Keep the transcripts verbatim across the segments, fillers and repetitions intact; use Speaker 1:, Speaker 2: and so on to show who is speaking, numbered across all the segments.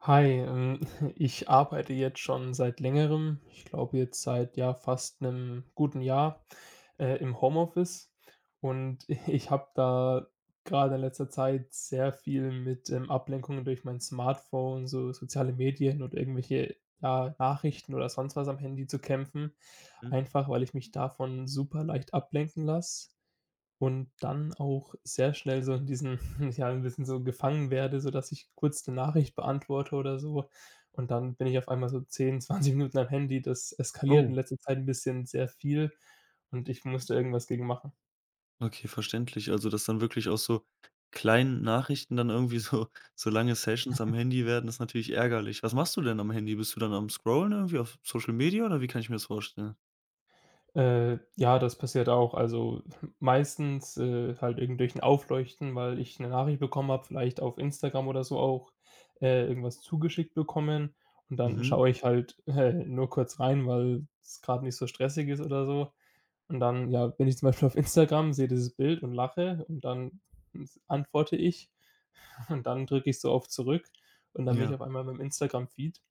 Speaker 1: Hi, ähm, ich arbeite jetzt schon seit längerem, ich glaube jetzt seit ja fast einem guten Jahr, äh, im Homeoffice und ich habe da gerade in letzter Zeit sehr viel mit, ähm, Ablenkungen durch mein Smartphone, so soziale Medien und irgendwelche, ja, Nachrichten oder sonst was am Handy zu kämpfen,
Speaker 2: Mhm.
Speaker 1: einfach weil ich mich davon super leicht ablenken lasse. Und dann auch sehr schnell so in diesen ja, ein bisschen so gefangen werde, sodass ich kurz 'ne Nachricht beantworte oder so. Und dann bin ich auf einmal so zehn, zwanzig Minuten am Handy. Das eskaliert in
Speaker 2: Oh,
Speaker 1: letzter Zeit ein bisschen sehr viel und ich musste irgendwas gegen machen.
Speaker 2: okay, verständlich. Also, dass dann wirklich aus so kleinen Nachrichten dann irgendwie so so lange Sessions am Handy werden, ist natürlich ärgerlich. Was machst du denn am Handy? Bist du dann am Scrollen irgendwie auf Social Media oder wie kann ich mir das vorstellen?
Speaker 1: Äh, ja, das passiert auch. Also, meistens, äh, halt irgendwie durch 'n Aufleuchten, weil ich eine Nachricht bekommen habe, vielleicht auf Instagram oder so auch, äh, irgendwas zugeschickt bekommen. Und dann
Speaker 2: Mhm,
Speaker 1: schaue ich halt, äh, nur kurz rein, weil es gerade nicht so stressig ist oder so. Und dann, ja, bin ich zum Beispiel auf Instagram, sehe dieses Bild und lache und dann s antworte ich und dann drücke ich so auf zurück und dann bin ich
Speaker 2: ja,
Speaker 1: auf einmal beim Instagram-Feed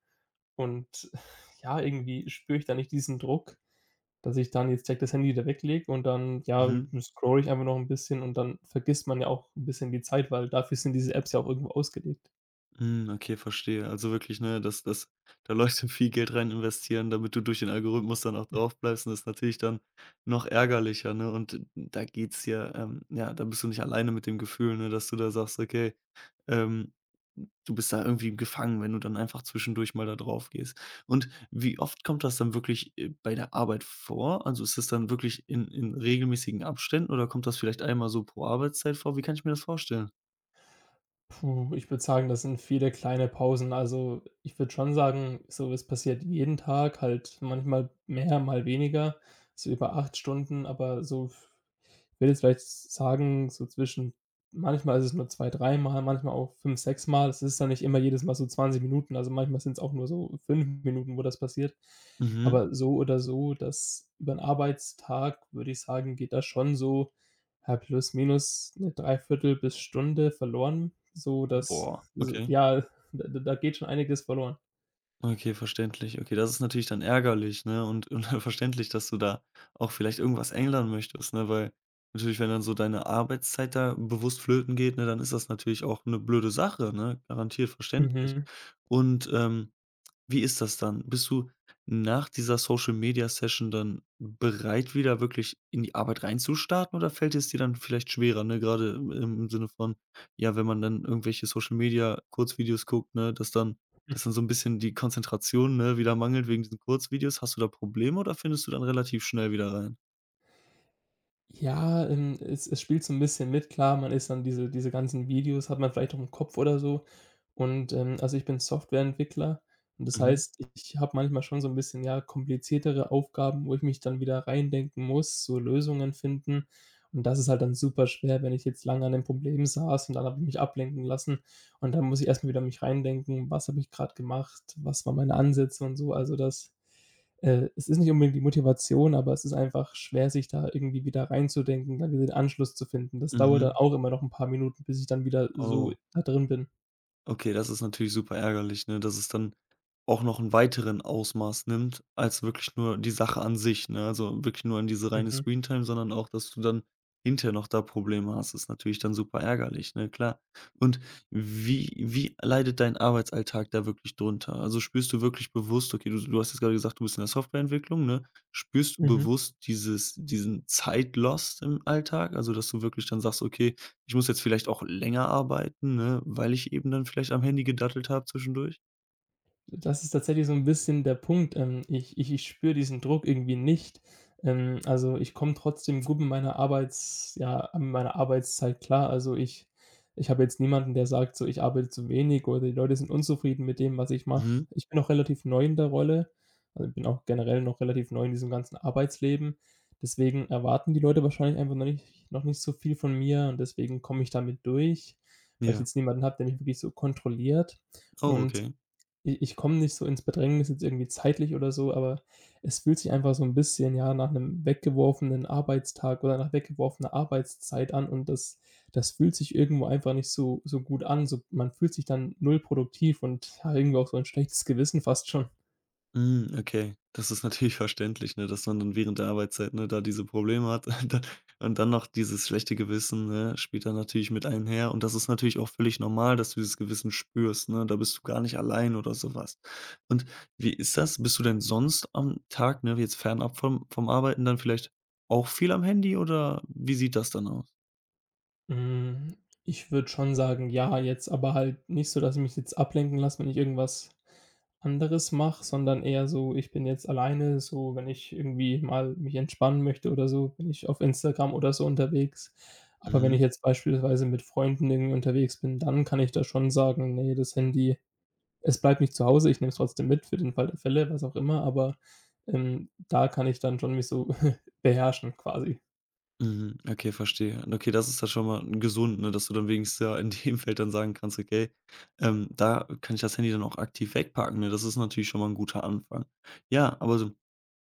Speaker 1: und ja, irgendwie spüre ich da nicht diesen Druck, dass ich dann jetzt direkt das Handy wieder weglege und dann, ja,
Speaker 2: mhm.
Speaker 1: scrolle ich einfach noch ein bisschen und dann vergisst man ja auch ein bisschen die Zeit, weil dafür sind diese Apps ja auch irgendwo ausgelegt.
Speaker 2: Hm, okay, verstehe. Also wirklich, ne, dass dass da Leute viel Geld rein investieren, damit du durch den Algorithmus dann auch drauf bleibst und das ist natürlich dann noch ärgerlicher, ne? Und da geht's ja ähm, ja, da bist du nicht alleine mit dem Gefühl, ne, dass du da sagst: „Okay, ähm, du bist da irgendwie gefangen, wenn du dann einfach zwischendurch mal da drauf gehst.“ Und wie oft kommt das dann wirklich, äh, bei der Arbeit vor? Also, ist das dann wirklich in in regelmäßigen Abständen oder kommt das vielleicht einmal so pro Arbeitszeit vor? Wie kann ich mir das vorstellen?
Speaker 1: Puh, ich würde sagen, das sind viele kleine Pausen. Also, ich würde schon sagen, so es passiert jeden Tag, halt manchmal mehr, mal weniger, so über acht Stunden, aber so ich würde jetzt vielleicht sagen, so zwischen manchmal ist es nur zwei, dreimal, manchmal auch fünf sechs Mal. Es ist dann nicht immer jedes Mal so zwanzig Minuten, also manchmal sind es auch nur so fünf Minuten, wo das passiert.
Speaker 2: Mhm.
Speaker 1: Aber so oder so, das über 'n Arbeitstag, würde ich sagen, geht da schon so, ja, plus minus 'ne Dreiviertel bis Stunde verloren, so dass
Speaker 2: Boah,
Speaker 1: so
Speaker 2: okay.
Speaker 1: ja, da da da geht schon einiges verloren.
Speaker 2: Okay, verständlich. Okay, das ist natürlich dann ärgerlich, ne? Und und verständlich, dass du da auch vielleicht irgendwas ändern möchtest, ne? Weil natürlich, wenn dann so deine Arbeitszeit da bewusst flöten geht, ne, dann ist das natürlich auch eine blöde Sache, ne? Garantiert verständlich.
Speaker 1: Mhm.
Speaker 2: Und, ähm wie ist das dann? Bist du nach dieser Social-Media-Session dann bereit, wieder wirklich in die Arbeit reinzustarten oder fällt es dir dann vielleicht schwerer, ne? Gerade im im Sinne von, ja, wenn man dann irgendwelche Social-Media-Kurzvideos guckt, ne, dass dann dass dann so ein bisschen die Konzentration, ne, wieder mangelt wegen diesen Kurzvideos. Hast du da Probleme oder findest du dann relativ schnell wieder rein?
Speaker 1: Ja, ähm, es es spielt so ein bisschen mit. Klar, man ist dann diese diese ganzen Videos hat man vielleicht auch im Kopf oder so. Und, ähm also, ich bin Softwareentwickler und das
Speaker 2: Mhm,
Speaker 1: heißt, ich habe manchmal schon so ein bisschen, ja, kompliziertere Aufgaben, wo ich mich dann wieder reindenken muss, so Lösungen finden. Und das ist halt dann super schwer, wenn ich jetzt lange an dem Problem saß und dann habe ich mich ablenken lassen und dann muss ich erstmal wieder mich reindenken: „Was habe ich gerade gemacht? Was waren meine Ansätze?“ und so. Also, das äh, Es ist nicht unbedingt die Motivation, aber es ist einfach schwer, sich da irgendwie wieder reinzudenken, dann wieder den Anschluss zu finden. Das dauert dann
Speaker 2: mhm.
Speaker 1: auch immer noch 'n paar Minuten, bis ich dann wieder so
Speaker 2: Oh.
Speaker 1: da drin bin.
Speaker 2: Okay, das ist natürlich super ärgerlich, ne, dass es dann auch noch einen weiteren Ausmaß nimmt als wirklich nur die Sache an sich, ne? Also, wirklich nur an diese reine
Speaker 1: Mhm,
Speaker 2: Screentime, sondern auch, dass du dann hinterher noch da Probleme hast. Ist natürlich dann super ärgerlich, ne, klar. Und wie wie leidet dein Arbeitsalltag da wirklich drunter? Also, spürst du wirklich bewusst okay, du du hast jetzt gerade gesagt, du bist in der Softwareentwicklung, ne? Spürst du
Speaker 1: mhm.
Speaker 2: bewusst dieses diesen Zeitlost im Alltag? Also, dass du wirklich dann sagst: „Okay, ich muss jetzt vielleicht auch länger arbeiten, ne, weil ich eben dann vielleicht am Handy gedattelt habe zwischendurch.
Speaker 1: Das ist tatsächlich so ein bisschen der Punkt. Ähm, ich ich ich spüre diesen Druck irgendwie nicht. Ähm, also, ich komme trotzdem gut mit meiner Arbeits ja, an meiner Arbeitszeit klar. Also, ich ich habe jetzt niemanden, der sagt so: „Ich arbeite zu wenig“ oder die Leute sind unzufrieden mit dem, was ich mache.
Speaker 2: Mhm,
Speaker 1: Ich bin auch relativ neu in der Rolle. Also, ich bin auch generell noch relativ neu in diesem ganzen Arbeitsleben. Deswegen erwarten die Leute wahrscheinlich einfach noch nicht noch nicht so viel von mir und deswegen komme ich damit durch, weil ich
Speaker 2: ja.
Speaker 1: jetzt niemanden habe, der mich wirklich so kontrolliert.
Speaker 2: Oh,
Speaker 1: Und
Speaker 2: okay.
Speaker 1: I ich komme nicht so ins Bedrängnis jetzt irgendwie zeitlich oder so, aber es fühlt sich einfach so 'n bisschen, ja, nach 'nem weggeworfenen Arbeitstag oder nach weggeworfener Arbeitszeit an und das das fühlt sich irgendwo einfach nicht so so gut an. So man fühlt sich dann null produktiv und, ja, irgendwie auch so 'n schlechtes Gewissen fast schon.
Speaker 2: Mhm, okay. Das ist natürlich verständlich, ne, dass man dann während der Arbeitszeit, ne, da diese Probleme hat da und dann noch dieses schlechte Gewissen, ne, spielt dann natürlich mit einher. Und das ist natürlich auch völlig normal, dass du dieses Gewissen spürst, ne? Da bist du gar nicht allein oder so was. Und wie ist das? Bist du denn sonst am Tag, ne, jetzt fernab vom vom Arbeiten dann vielleicht auch viel am Handy oder wie sieht das dann aus?
Speaker 1: Hm, ich würde schon sagen, ja, jetzt aber halt nicht so, dass ich mich jetzt ablenken lasse, wenn ich irgendwas anderes mache, sondern eher so, ich bin jetzt alleine, so wenn ich irgendwie mal mich entspannen möchte oder so, bin ich auf Instagram oder so unterwegs. Aber wenn ich jetzt beispielsweise mit Freunden irgendwie unterwegs bin, dann kann ich da schon sagen: nee, das Handy es bleibt nicht zu Hause, ich nehme es trotzdem mit für den Fall der Fälle“, was auch immer, aber, ähm, da kann ich dann schon mich so beherrschen quasi.
Speaker 2: Mhm, okay, verstehe. Okay, das ist ja schon mal gesund, ne, dass du dann wenigstens ja in dem Feld dann sagen kannst: „Okay, ähm, da kann ich das Handy dann auch aktiv wegpacken“, ne? Das ist natürlich schon mal ein guter Anfang. Ja, aber so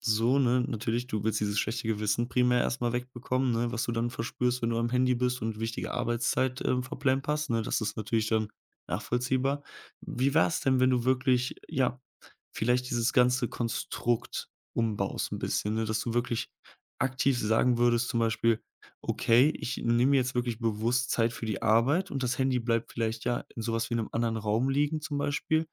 Speaker 2: so, ne, natürlich, du willst dieses schlechte Gewissen primär erst mal wegbekommen, ne, was du dann verspürst, wenn du am Handy bist und wichtige Arbeitszeit, ähm, verplemperst, ne? Das ist natürlich dann nachvollziehbar. Wie wär's denn, wenn du wirklich, ja, vielleicht dieses ganze Konstrukt umbaust ein bisschen, ne, dass du wirklich aktiv sagen würdest, zum Beispiel: „Okay, ich nehme mir jetzt wirklich bewusst Zeit für die Arbeit und das Handy bleibt vielleicht, ja, in sowas was wie in einem anderen Raum liegen“, zum Beispiel.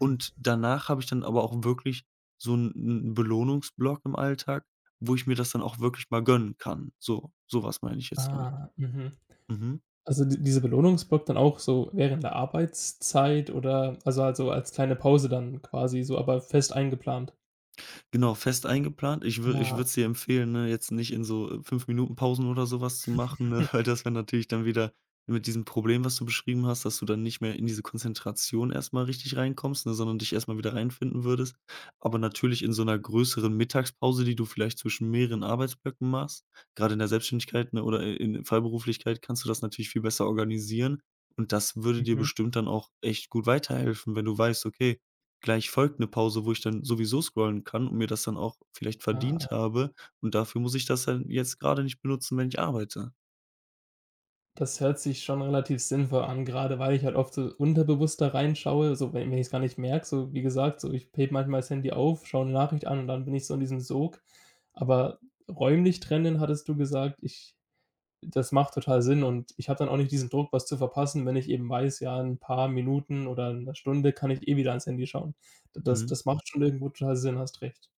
Speaker 1: Hm.
Speaker 2: danach habe ich dann aber auch wirklich so einen Belohnungsblock im Alltag, wo ich mir das dann auch wirklich mal gönnen kann. So so was meine ich jetzt damit.
Speaker 1: Ah, mhm.
Speaker 2: Mhm.
Speaker 1: Also, di dieser Belohnungsblock dann auch so während der Arbeitszeit oder also also als kleine Pause dann quasi so, aber fest eingeplant?
Speaker 2: Genau, fest eingeplant. Ich würde ich
Speaker 1: Ah,
Speaker 2: würde es
Speaker 1: okay.
Speaker 2: dir empfehlen, ne, jetzt nicht in so, äh, fünf Minuten Pausen oder sowas zu machen, ne, weil das wäre natürlich dann wieder mit diesem Problem, was du beschrieben hast, dass du dann nicht mehr in diese Konzentration erstmal richtig reinkommst, ne, sondern dich erstmal wieder reinfinden würdest. Aber natürlich in so einer größeren Mittagspause, die du vielleicht zwischen mehreren Arbeitsblöcken machst, gerade in der Selbstständigkeit, ne, oder in Freiberuflichkeit kannst du das natürlich viel besser organisieren und das würde dir
Speaker 1: Mhm.
Speaker 2: bestimmt dann auch echt gut weiterhelfen, wenn du weißt: „Okay, gleich folgt 'ne Pause, wo ich dann sowieso scrollen kann und mir das dann auch vielleicht verdient
Speaker 1: Ah,
Speaker 2: habe und dafür muss ich das dann jetzt grade nicht benutzen, wenn ich arbeite.
Speaker 1: das hört sich schon relativ sinnvoll an, gerade, weil ich halt oft so unterbewusst da reinschaue, so wenn wenn ich es gar nicht merke, so wie gesagt, so ich hebe manchmal das Handy auf, schaue eine Nachricht an und dann bin ich so in diesem Sog. Aber räumlich trennen hattest du gesagt, ich. Das macht total Sinn und ich habe dann auch nicht diesen Druck, was zu verpassen, wenn ich eben weiß, ja, in 'n paar Minuten oder in 'ner Stunde kann ich eh wieder ans Handy schauen. D das
Speaker 2: Mhm.
Speaker 1: das macht schon irgendwo total Sinn, hast recht.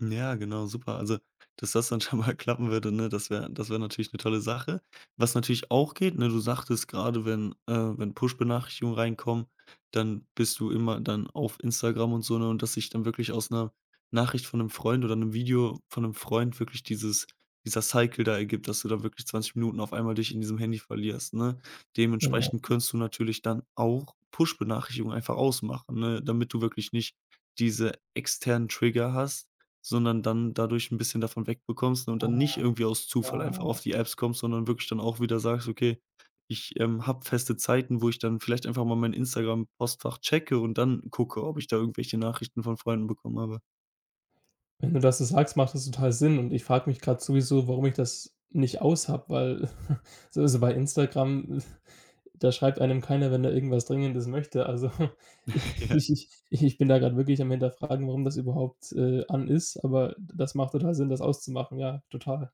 Speaker 2: Ja, genau, super. Also, dass das dann schon mal klappen würde, ne, das wäre das wäre natürlich eine tolle Sache. Was natürlich auch geht, ne, du sagtest gerade, wenn, äh wenn Push-Benachrichtigungen reinkommen, dann bist du immer dann auf Instagram und so, ne, und dass sich dann wirklich aus einer Nachricht von einem Freund oder einem Video von einem Freund wirklich dieses dieser Cycle da ergibt, dass du da wirklich zwanzig Minuten auf einmal dich in diesem Handy verlierst, ne?
Speaker 1: Genau.
Speaker 2: Dementsprechend könntest du natürlich dann auch Push-Benachrichtigungen einfach ausmachen, ne, damit du wirklich nicht diese externen Trigger hast, sondern dann dadurch ein bisschen davon wegbekommst ne, und dann nicht
Speaker 1: Aber
Speaker 2: irgendwie aus Zufall einfach auf die Apps kommst, sondern wirklich dann auch wieder sagst: „Okay, ich, ähm, habe feste Zeiten, wo ich dann vielleicht einfach mal mein Instagram-Postfach checke und dann gucke, ob ich da irgendwelche Nachrichten von Freunden bekommen habe.“
Speaker 1: wenn du das so sagst, macht das total Sinn und ich frage mich grad sowieso, warum ich das nicht aus habe, weil so also, bei Instagram, da schreibt einem keiner, wenn er irgendwas Dringendes möchte. Also, ich ich ich bin da grad wirklich am Hinterfragen, warum das überhaupt, äh, an ist, aber das macht total Sinn, das auszumachen, ja, total.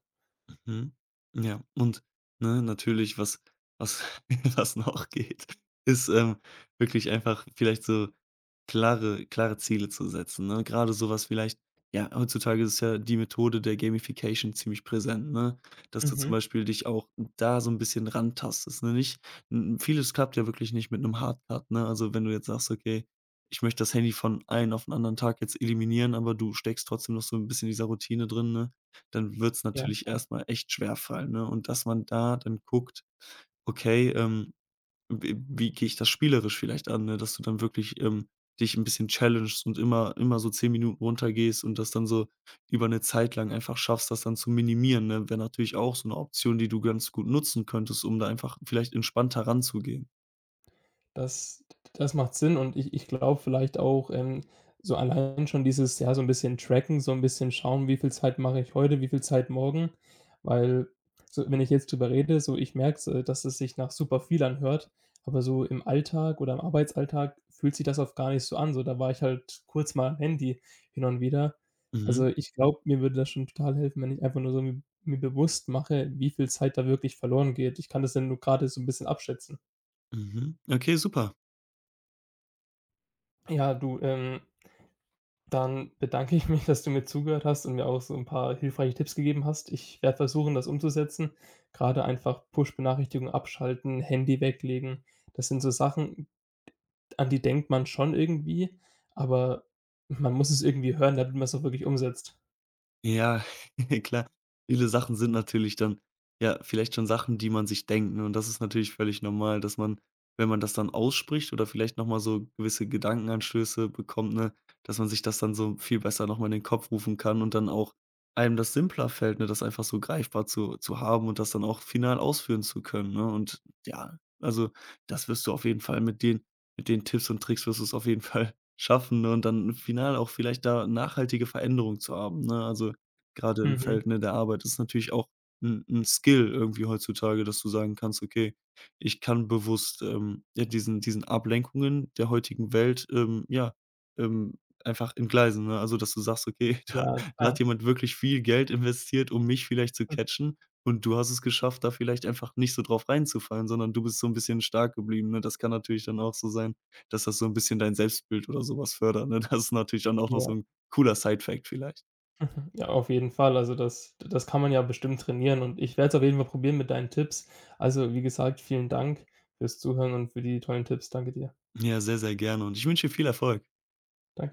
Speaker 2: Mhm. Ja, und, ne, natürlich, was was was noch geht, ist, ähm, wirklich einfach vielleicht so klare klare Ziele zu setzen, ne? gerade sowas vielleicht ja, heutzutage ist ja die Methode der Gamification ziemlich präsent, ne? Dass du zum
Speaker 1: Mhm.
Speaker 2: Beispiel dich auch da so ein bisschen rantastest, ne? Nicht n vieles klappt ja wirklich nicht mit einem Hardcut, ne? Also, wenn du jetzt sagst: „Okay, ich möchte das Handy von einem auf 'n anderen Tag jetzt eliminieren“, aber du steckst trotzdem noch so ein bisschen in dieser Routine drin, ne? dann wird's
Speaker 1: Ja,
Speaker 2: natürlich
Speaker 1: klar.
Speaker 2: erst mal echt schwerfallen, ne? Und dass man da dann guckt: „Okay, ähm, w wie gehe ich das spielerisch vielleicht an“, ne? Dass du dann wirklich, ähm, dich ein bisschen challengest und immer immer so zehn Minuten runtergehst und das dann so über eine Zeit lang einfach schaffst, das dann zu minimieren, ne? Wäre natürlich auch so eine Option, die du ganz gut nutzen könntest, um da einfach vielleicht entspannter ranzugehen.
Speaker 1: Das das macht Sinn und ich ich glaube vielleicht auch, ähm, so allein schon dieses, ja, so ein bisschen tracken, so ein bisschen schauen, wie viel Zeit mache ich heute, wie viel Zeit morgen, weil so wenn ich jetzt drüber rede, so ich merke äh, dass es sich nach super viel anhört, aber so im Alltag oder im Arbeitsalltag fühlt sich das oft gar nicht so an. So, da war ich halt kurz mal am Handy hin und wieder.
Speaker 2: Mhm,
Speaker 1: Also, ich glaube, mir würde das schon total helfen, wenn ich einfach nur so mi mir bewusst mache, wie viel Zeit da wirklich verloren geht. Ich kann das ja nur gerade so ein bisschen abschätzen.
Speaker 2: mhm. Okay, super.
Speaker 1: Ja, du, ähm, Dann bedanke ich mich, dass du mir zugehört hast und mir auch so ein paar hilfreiche Tipps gegeben hast. Ich werde versuchen, das umzusetzen. Gerade einfach Push-Benachrichtigungen abschalten, Handy weglegen. Das sind so Sachen, an die denkt man schon irgendwie, aber man muss es irgendwie hören, damit man es auch wirklich umsetzt.
Speaker 2: Ja, klar. Viele Sachen sind natürlich dann, ja, vielleicht schon Sachen, die man sich denkt, ne? Und das ist natürlich völlig normal, dass man, wenn man das dann ausspricht oder vielleicht noch mal so gewisse Gedankenanstöße bekommt, ne, dass man sich das dann so viel besser noch mal in den Kopf rufen kann und dann auch einem das simpler fällt, ne, das einfach so greifbar zu zu haben und das dann auch final ausführen zu können, ne? Und ja, also, das wirst du auf jeden Fall mit den mit den Tipps und Tricks wirst du es auf jeden Fall schaffen, ne, und dann final auch vielleicht da nachhaltige Veränderung zu haben, ne? Also gerade im
Speaker 1: Mhm.
Speaker 2: Feld, ne, der Arbeit ist natürlich auch 'n 'n Skill irgendwie heutzutage, dass du sagen kannst: „Okay, ich kann bewusst, ähm, ja, diesen diesen Ablenkungen der heutigen Welt, ähm, ja, ähm, einfach entgleisen“, ne? Also, dass du sagst: „Okay, da
Speaker 1: Ja,
Speaker 2: da
Speaker 1: klar.
Speaker 2: hat jemand wirklich viel Geld investiert, um mich vielleicht zu catchen und du hast es geschafft, da vielleicht einfach nicht so drauf reinzufallen, sondern du bist so 'n bisschen stark geblieben“, ne? Das kann natürlich dann auch so sein, dass das so 'n bisschen dein Selbstbild oder so was fördert, ne? Das ist natürlich dann auch noch
Speaker 1: Ja.
Speaker 2: so 'n cooler Side-Fact vielleicht.
Speaker 1: Ja, auf jeden Fall. Also, das das kann man ja bestimmt trainieren und ich werde es auf jeden Fall probieren mit deinen Tipps. Also, wie gesagt, vielen Dank fürs Zuhören und für die tollen Tipps. Danke dir.
Speaker 2: Ja, sehr, sehr gerne und ich wünsche dir viel Erfolg.
Speaker 1: Danke.